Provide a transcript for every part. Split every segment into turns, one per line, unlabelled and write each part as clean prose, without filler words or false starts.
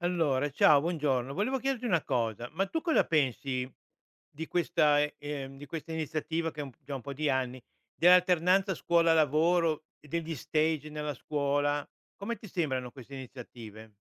Allora, ciao, buongiorno. Volevo chiederti una cosa, ma tu cosa pensi di questa iniziativa che già un po' di anni, dell'alternanza scuola-lavoro e degli stage nella scuola? Come ti sembrano queste iniziative?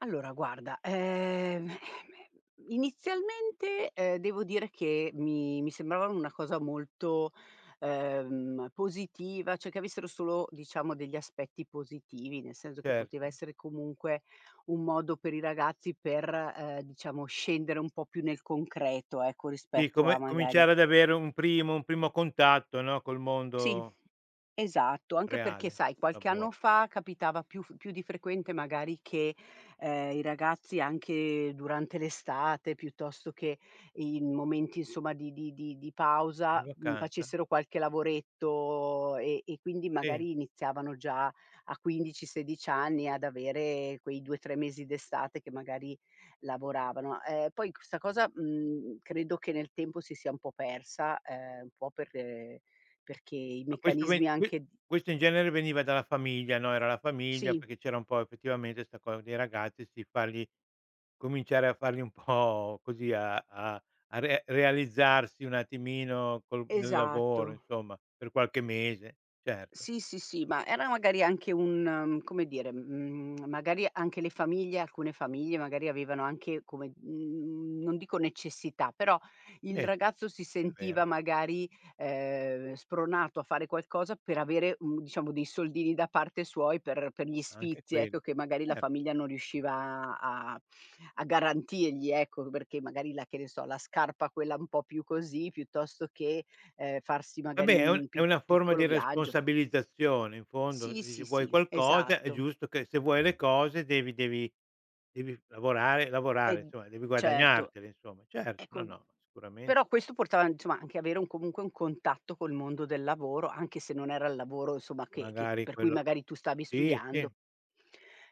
Allora guarda, inizialmente, devo dire che mi sembrava una cosa molto, positiva, cioè che avessero solo diciamo degli aspetti positivi, nel senso che poteva
Certo.
essere comunque un modo per i ragazzi per, diciamo scendere un po' più nel concreto, ecco,
Sì,
rispetto a
come
magari.
cominciare ad avere un primo contatto, no, col
Sì,
mondo
esatto, anche perché
reale,
sai qualche anno
lavoro,
fa capitava più di frequente magari che, i ragazzi anche durante l'estate, piuttosto che in momenti insomma di
di
pausa,
vacanza.
facessero qualche lavoretto e quindi
Sì,
magari iniziavano già a 15, 16 anni ad avere quei 2, 3 mesi d'estate che magari lavoravano. Poi questa cosa, credo che nel tempo si sia un po' persa, un po' per perché i
ma questo
meccanismi
ve que
anche d
questo in genere veniva dalla famiglia, no, era la famiglia,
Sì,
perché c'era un po' effettivamente 'sta cosa dei ragazzi, sì, fargli cominciare a farli un po' così a a a re realizzarsi un attimino col nel
esatto.
lavoro insomma, per qualche mese, certo.
Sì, sì, sì, ma era magari anche un come dire, magari anche le famiglie alcune famiglie magari avevano anche come, non dico necessità, però il
Eh sì,
ragazzo si
è vero,
sentiva magari, spronato a fare qualcosa per avere, diciamo dei soldini da parte suoi per gli
anche
sfizi, ecco,
quello,
che magari la
cer
famiglia non riusciva a garantirgli, ecco, perché magari la che ne so, la scarpa quella un po' più così, piuttosto che, farsi magari
vabbè è un
un
è
pi
una forma
piccolo
di
viaggio.
responsabilizzazione in fondo,
Sì,
dici:
sì,
"Vuoi
sì,
qualcosa?" È
esatto.
giusto che se vuoi le cose devi lavorare
E
lavorare, insomma devi
certo,
guadagnartele insomma. Certo, no,
ecco,
no,
però
sicuramente
questo portava insomma anche avere un comunque un contatto col mondo del lavoro, anche se non era il lavoro insomma che
magari
per cui
quello
magari tu stavi
sì, sì,
studiando.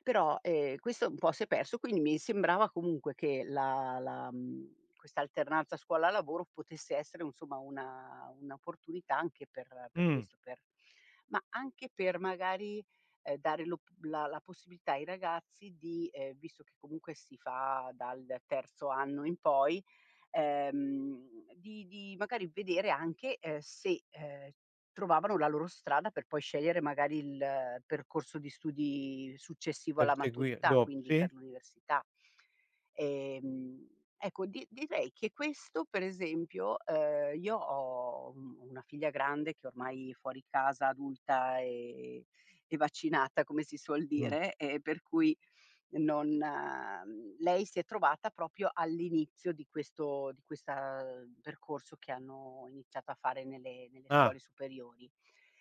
Però, questo un po' si è perso, quindi mi sembrava comunque che la, questa alternanza scuola-lavoro potesse essere insomma una un'opportunità anche per
mh,
questo, per ma anche per magari, dare l'op la possibilità ai ragazzi di, visto che comunque si fa dal terzo anno in poi, di magari vedere anche, se, trovavano la loro strada per poi scegliere magari il percorso di studi successivo alla
perseguire
maturità,
dop
quindi
sì?
per l'università. Ehm, ecco di direi che questo per esempio, io ho un una figlia grande che ormai è fuori casa, adulta e vaccinata come si suol
Mh.
dire, e per cui non, lei si è trovata proprio all'inizio di questo di questa, percorso che hanno iniziato a fare nelle
Ah.
scuole superiori.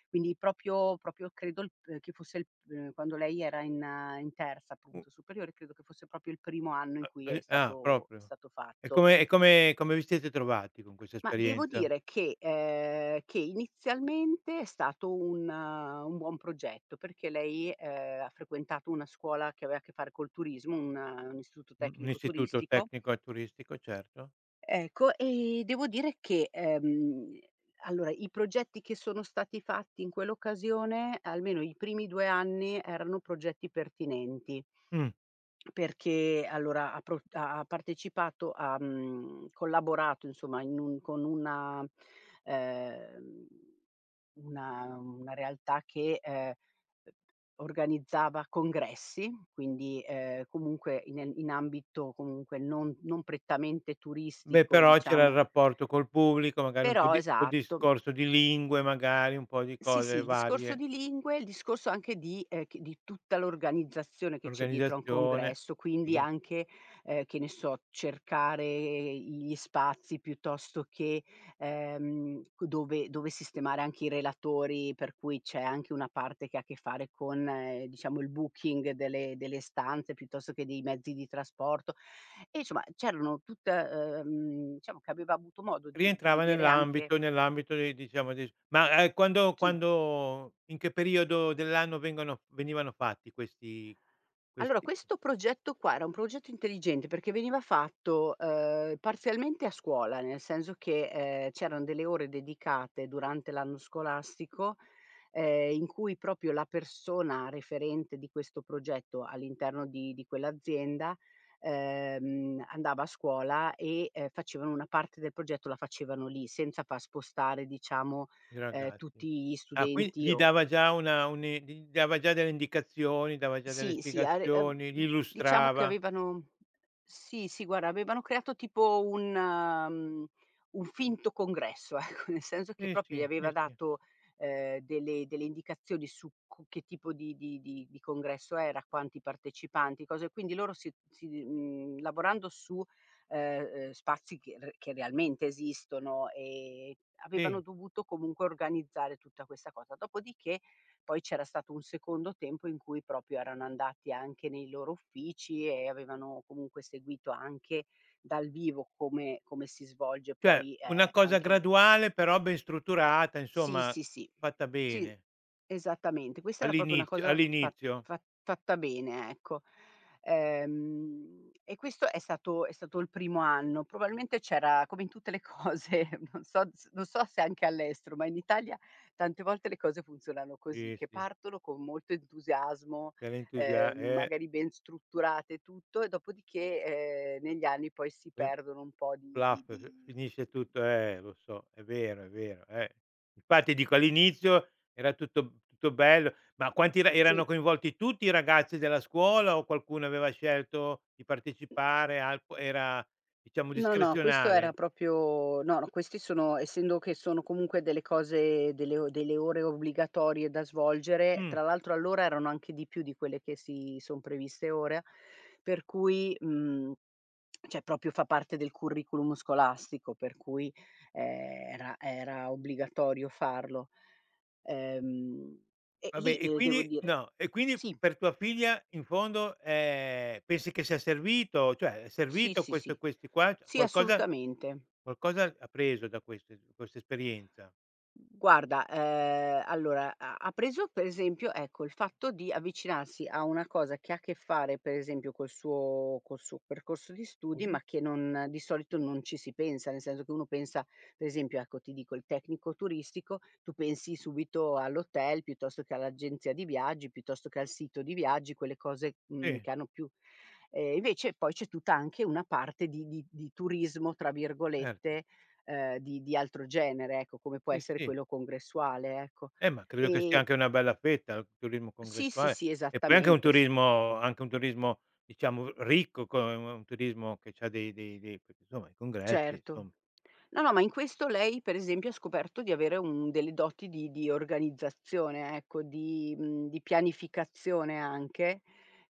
Quindi proprio proprio credo il p che fosse il quando lei era in terza
U
appunto superiore, credo che fosse proprio il primo anno in
a
cui è
e ah,
stato è
proprio.
stato
E
fatto.
come vi siete trovati con questa
Ma devo
esperienza?
dire che, inizialmente è stato un buon progetto, perché lei, ha frequentato una scuola che aveva a che fare col turismo, un istituto
U un
tecnico
istituto
turistico.
tecnico e turistico, certo.
Ecco, e devo dire che, allora i progetti che sono stati fatti in quell'occasione, almeno i primi 2 anni, erano progetti pertinenti.
Mh,
Perché allora ha partecipato, ha, collaborato insomma in un con una, ehm, una realtà che, organizzava congressi, quindi, comunque in ambito comunque non prettamente
beh,
turistico
però c'era il
diciamo,
rapporto col pubblico, magari
però
un po' di
esatto,
discorso di lingue, magari un po' di
sì, sì,
cose
il discorso
varie,
di lingue, il discorso anche di tutta l'organizzazione che c'è dietro a un
l'organizzazione.
congresso, quindi
Sì.
anche, che ne so, cercare gli spazi piuttosto che, c dove sistemare anche i relatori, per cui c'è anche una parte che ha a che fare con, diciamo il booking delle stanze, piuttosto che dei mezzi di trasporto. E insomma c'erano tutta, diciamo che avevo avuto modo di
Rientrava
vedere anche.
nell'ambito di, diciamo, quando,
Sì.
in che periodo dell'anno vengono venivano fatti
Allora
questi?
questo progetto qua era un progetto intelligente perché veniva fatto, parzialmente a scuola, nel senso che, c'erano delle ore dedicate durante l'anno scolastico, in cui proprio la persona referente di questo progetto all'interno di quell'azienda, andava a scuola e, facevano una parte del progetto la facevano lì, senza far spostare diciamo,
I ragazzi.
tutti gli
Ah, qui
studenti
gli
o.
dava già una un'i gli dava già delle indicazioni, dava già delle
Sì, sì, a re
spiegazioni, li
d diciamo che
illustrava.
avevano. Sì, sì, guarda, avevano creato tipo un finto congresso, ecco, nel senso che
Sì,
proprio gli
sì, sì,
aveva
sì,
dato, delle indicazioni su co che tipo di congresso era, quanti partecipanti, cose quindi loro si, lavorando su, spazi che realmente esistono, avevano
sì.
dovuto comunque organizzare tutta questa cosa. Dopodiché poi c'era stato un secondo tempo in cui proprio erano andati anche nei loro uffici e avevano comunque seguito anche dal vivo come si svolge
Cioè
poi,
una cosa
anche l
graduale però ben strutturata,
Sì,
insomma
sì, sì.
fatta
Sì,
bene
esattamente. Questa era proprio una cosa fa
all'inizio.
fa fatta bene, ecco. E questo è stato il primo anno. Probabilmente c'era come in tutte le cose, non so se anche all'estero, ma in Italia tante volte le cose funzionano così,
Sì,
che
sì,
partono con molto entusiasmo,
c'è l'entusia
magari ben strutturate e tutto, e dopodiché, negli anni poi si
poi
perdono un po' di di
plaf, f
di
finisce tutto, lo so, è vero, eh. Infatti dico all'inizio era tutto bello, ma quanti erano
Sì.
coinvolti? Tutti i ragazzi della scuola o qualcuno aveva scelto di partecipare al qu era, diciamo,
No, no, questo era
discrezionale?
proprio. No, no, questi sono essendo che sono comunque delle cose delle o delle ore obbligatorie da svolgere,
Mh,
tra l'altro allora erano anche di più di quelle che si son previste ora, per cui, cioè proprio fa parte del curriculum scolastico, per cui, ehm, era obbligatorio farlo. Ehm, e lì,
vabbè, e
devo
quindi
dire.
no, e quindi
Sì,
per tua figlia in fondo, pensi che sia servito, cioè è
sì,
servito
sì,
questo
sì.
questi qua, cioè
Sì,
qualcosa,
assolutamente.
qualcosa ha preso da queste questa esperienza?
Guarda, allora ha preso per esempio, ecco, il fatto di avvicinarsi a una cosa che ha a che fare, per esempio, col suo percorso di studi, ma che non di solito non ci si pensa, nel senso che uno pensa, per esempio, ecco, ti dico il tecnico turistico, tu pensi subito all'hotel, piuttosto che all'agenzia di viaggi, piuttosto che al sito di viaggi, quelle cose,
Sì,
che hanno più. Invece poi c'è tutta anche una parte di "turismo", tra
certo.
virgolette, di altro genere, ecco, come può
Sì,
essere
sì.
quello congressuale, ecco.
Ma credo che sia
Ehm,
anche una bella fetta il turismo
sì, sì,
congressuale
sì,
e poi anche un
esattamente, s
turismo, diciamo ricco, co un turismo che c'ha dei perché insomma i congressi
certo.
insomma,
No, no, ma in questo lei per esempio ha scoperto di avere un delle doti di organizzazione, ecco, di pianificazione anche,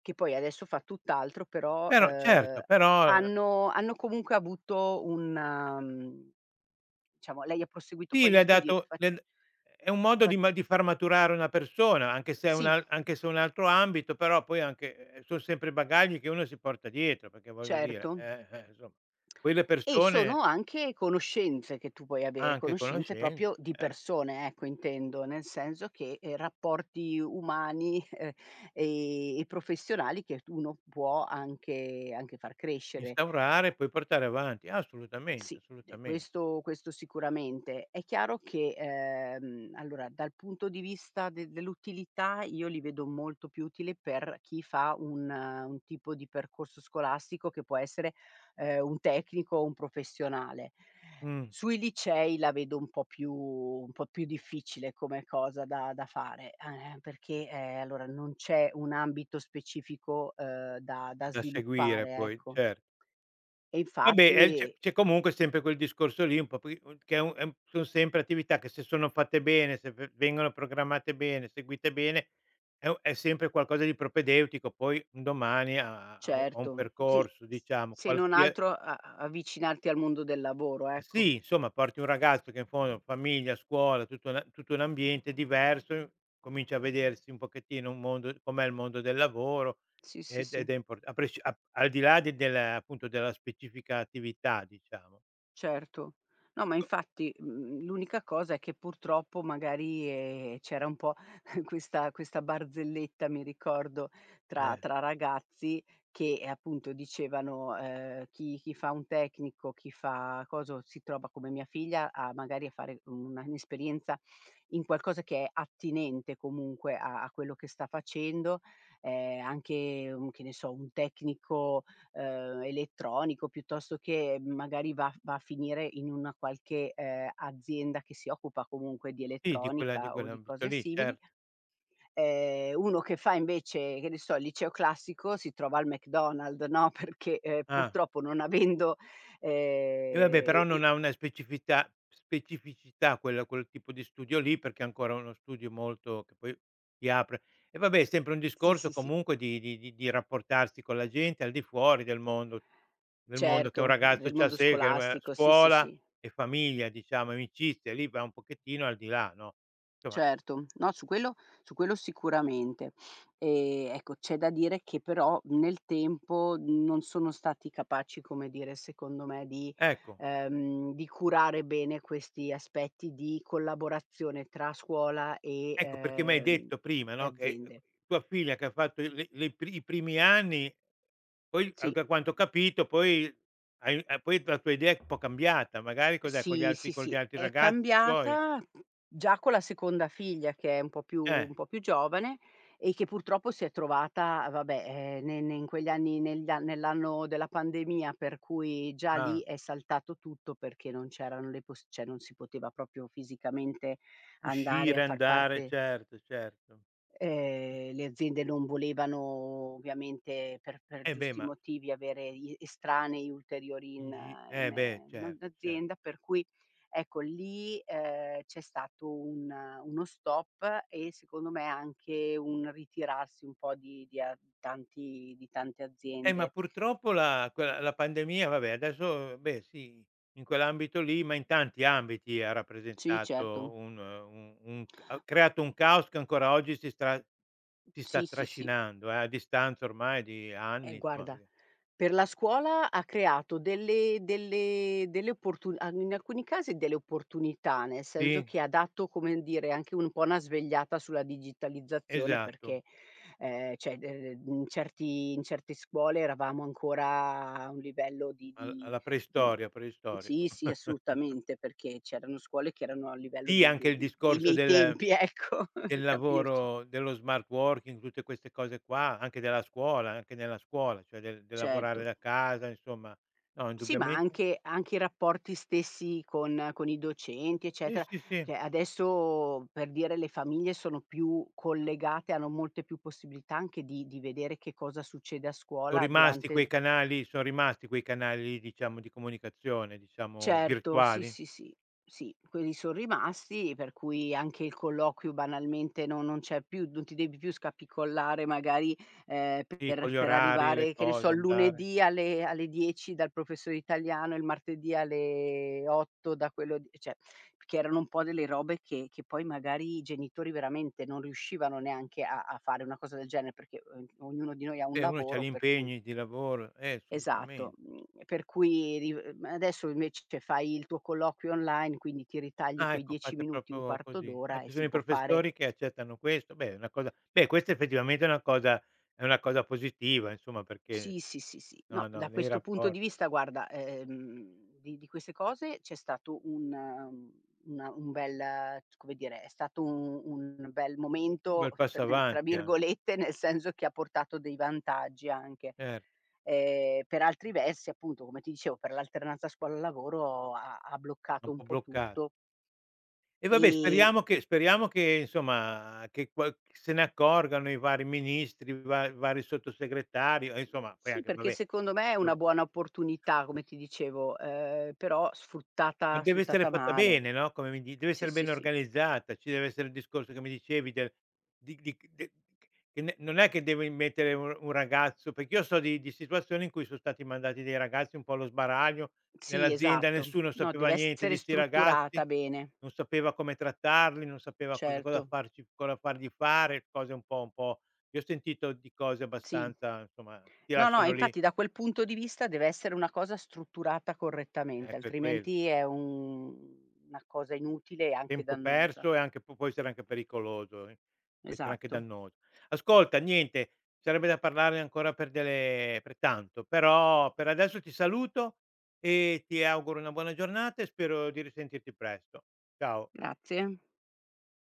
che poi adesso fa tutt'altro, però,
però certo, però
hanno comunque avuto un, diciamo lei ha proseguito
sì,
poi
le
gli
hai
studi,
dato
fac
le d è un modo di,
fac
di far maturare una persona, anche se è un
sì,
al anche se è un altro ambito, però poi anche, son sempre bagagli che uno si porta dietro, perché voglio dire,
certo.
insomma poi le
E sono
persone,
anche conoscenze che tu puoi avere,
anche
conoscenze
conoscen
proprio di
cer
persone, ecco intendo, nel senso che, rapporti umani, e professionali che t uno può anche far crescere.
instaurare e poi portare avanti. Assolutamente,
Sì, de
assolutamente.
questo sicuramente. È chiaro che, allora dal punto di vista de dell'utilità io li vedo molto più utile per chi fa un tipo di percorso scolastico che può essere, un tecnico o un professionale.
Mh.
Sui licei la vedo un po' più difficile come cosa da fare, perché, allora non c'è un ambito specifico, da
Da seguire
sviluppare,
poi,
ecco.
cer
E
vabbè,
infatti.
c'è comunque sempre quel discorso lì un po' poi, che è un son sempre attività che, se sono fatte bene, se v vengono programmate bene, seguite bene, è sempre qualcosa di propedeutico poi un domani a un
Certo, mhmm, sì,
percorso,
s
diciamo,
se non
qualsia
altro avvicinarti al mondo del lavoro, ecco.
sì, insomma porti un ragazzo che, in fondo, famiglia, scuola, tutto un ambiente diverso, comincia a vedersi un pochettino un mondo com'è il mondo del lavoro
Sì, sì,
ed
sì.
è impor, a presci a al di là de del, appunto, della specifica attività, diciamo.
Certo. No, ma infatti, l'unica cosa è che purtroppo magari, c'era un po' questa barzelletta, mi ricordo, tra
Eh,
tra ragazzi che, appunto dicevano, chi fa un tecnico, chi fa coso, si trova come mia figlia a magari a fare una un'esperienza in qualcosa che è attinente comunque a quello che sta facendo, anche un che ne so, un tecnico, elettronico, piuttosto che magari va a finire in una qualche, azienda che si occupa comunque di
sì, di quella, di
elettronica o di
quell'ambito
cose
lì,
simili.
certo.
Uno che fa invece, che ne so, il liceo classico si trova al McDonald's, no, perché,
Ah.
purtroppo non avendo,
E vabbè, però
e
non
e
ha una specificità, quel quel tipo di studio lì, perché è ancora uno studio molto che poi ti apre. E vabbè, è sempre un
sì,
discorso
sì, sì,
comunque di rapportarsi con la gente al di fuori del mondo, che un
certo,
ragazzo
del
c'ha,
mondo
se che va
scolastico, sì, sì,
scuola
sì.
e famiglia, diciamo, amicizia, lì va un pochettino al di là, no, insomma,
Certo, no, su quello sicuramente. Ecco, c'è da dire che però nel tempo non sono stati capaci, come dire, secondo me di
ecco,
ehm, di curare bene questi aspetti di collaborazione tra scuola e,
ecco perché m'hai
ehm,
detto prima,
e
no, che
aziende.
tua figlia che ha fatto i primi anni. Poi, a
Sì.
da quanto ho capito, poi hai, poi la tua idea è un po' cambiata, magari cos'è, con gli
Sì,
altri,
sì,
con gli
sì,
altri
è
ragazzi tuoi?
cambiata già con la seconda figlia che è
Eh,
un po' più giovane e che purtroppo si è trovata, vabbè, ne ne in quegli anni negli a nell'anno della pandemia, per cui già
ah,
lì è saltato tutto perché non c'erano le pos cioè non si poteva proprio fisicamente andare
uscire,
a far
andare,
parte.
certo, certo.
Le aziende non volevano ovviamente per
Eh beh,
giusti
ma
motivi avere i estranei ulteriori
in
in
gi
eh,
eh
in
beh,
eh, in
certo, cer
azienda, per cui ecco lì, c'è stato un uno stop e secondo me anche un ritirarsi un po' di a tanti di tante
ma
aziende.
purtroppo la, quella la pandemia, vabbè adesso beh sì, in quell'ambito lì, ma in tanti ambiti ha
Sì,
rappresentato
certo.
un c ha creato un caos che ancora oggi si sta
Sì, sì, sì.
trascinando, a distanza ormai di anni, insomma
Guarda,
perché
per la scuola ha creato delle delle delle opportu a in alcuni casi delle opportunità, nel senso
sì,
che ha dato, come dire, anche un po' una svegliata sulla digitalizzazione
esatto,
perché, cioè, in certe scuole eravamo ancora a un livello
al alla
di
preistoria, preistoria.
sì, sì, assolutamente, perché c'erano scuole che erano a livello
Sì,
de
anche
de
il
di dei
discorso
miei
del,
tempi, ecco,
del
per capirci.
lavoro, dello smart working, tutte queste cose qua, anche della scuola, anche nella scuola, cioè del, del lavorare
Certo.
da casa, insomma. No,
Sì, ma
indubbiamente
anche i rapporti stessi con i docenti,
sì,
eccetera.
sì, sì,
Cioè adesso, per dire, le famiglie sono più collegate, hanno molte più possibilità anche di vedere che cosa succede a
son
scuola
rimasti quei
durante.
canali, son rimasti quei canali lì, diciamo, di comunicazione, diciamo,
Certo, sì,
virtuali.
sì, sì, sì, quelli son rimasti, per cui anche il colloquio banalmente no non c'è più, non ti devi più scapicollare magari,
Sì, con
per
gli
per
orari, le
arrivare, che ne so,
cose,
il
andare.
lunedì alle 10 dal professore italiano, il martedì alle 8 da quello di cioè, perché erano un po' delle robe che poi magari i genitori veramente non riuscivano neanche a fare una cosa del genere, perché, ognuno di noi ha un
Uno c'ha gli
lavoro per cui.
impegni di lavoro,
Esatto,
assolutamen
per cui ri adesso invece fai il tuo colloquio online, quindi ti ritagli
ah
quei
ecco,
10
fate
minuti, un
proprio
quarto
così. Ah,
d'ora e
ci sono
si
i
può fare.
professori che accettano questo. Beh, è una cosa, beh, questa effettivamente è una cosa, è una cosa positiva insomma perché
Sì, sì, sì, sì. No,
no, no,
da
nei
questo punto di
rapporti.
vista guarda, di queste cose c'è stato un una un bel come dire, è stato un bel
Un
momento
bel
t
passo
nel, tra
avanti anche,
virgolette, nel senso che ha portato dei vantaggi anche.
certo,
Per altri versi appunto, come ti dicevo, per l'alternanza scuola-lavoro ha
è un
bloccato un
po'
po'
bloccato.
tutto.
E vabbè,
Ehm,
speriamo che insomma che qual che se ne accorgano i vari ministri, i va vari sottosegretari, e insomma poi
sì,
anche
perché
vabbè
secondo me è una buona opportunità, come ti dicevo, però
ma
sfruttata
deve essere
sfruttata
fatta
male.
bene, no, come mi di deve
Sì,
essere
sì,
ben
sì.
organizzata, ci deve essere il discorso che mi dicevi del di de che ne, non è che devi mettere un ragazzo perché io so di situazioni in cui sono stati mandati dei ragazzi un po' allo sbaraglio
Sì,
nell'azienda,
esatto.
nessuno
No,
sapeva
deve
niente
essere
di 'sti ragazzi,
strutturata bene,
non sapeva come trattarli, non sapeva cosa
certo.
farci, cosa fargli fare, cose un po', io ho sentito di cose
Sì.
abbastanza, insomma, ti
No, no,
lasciano lì.
infatti da quel punto di vista deve essere una cosa strutturata correttamente,
Ecco, è quello.
altrimenti è un una cosa inutile e anche
Tempo
dannosa.
perso e anche p può essere anche pericoloso, può essere anche
Esatto.
dannoso. Ascolta niente, sarebbe da parlarne ancora per tanto, però per adesso ti saluto e ti auguro una buona giornata e spero di risentirti presto. Ciao.
Grazie.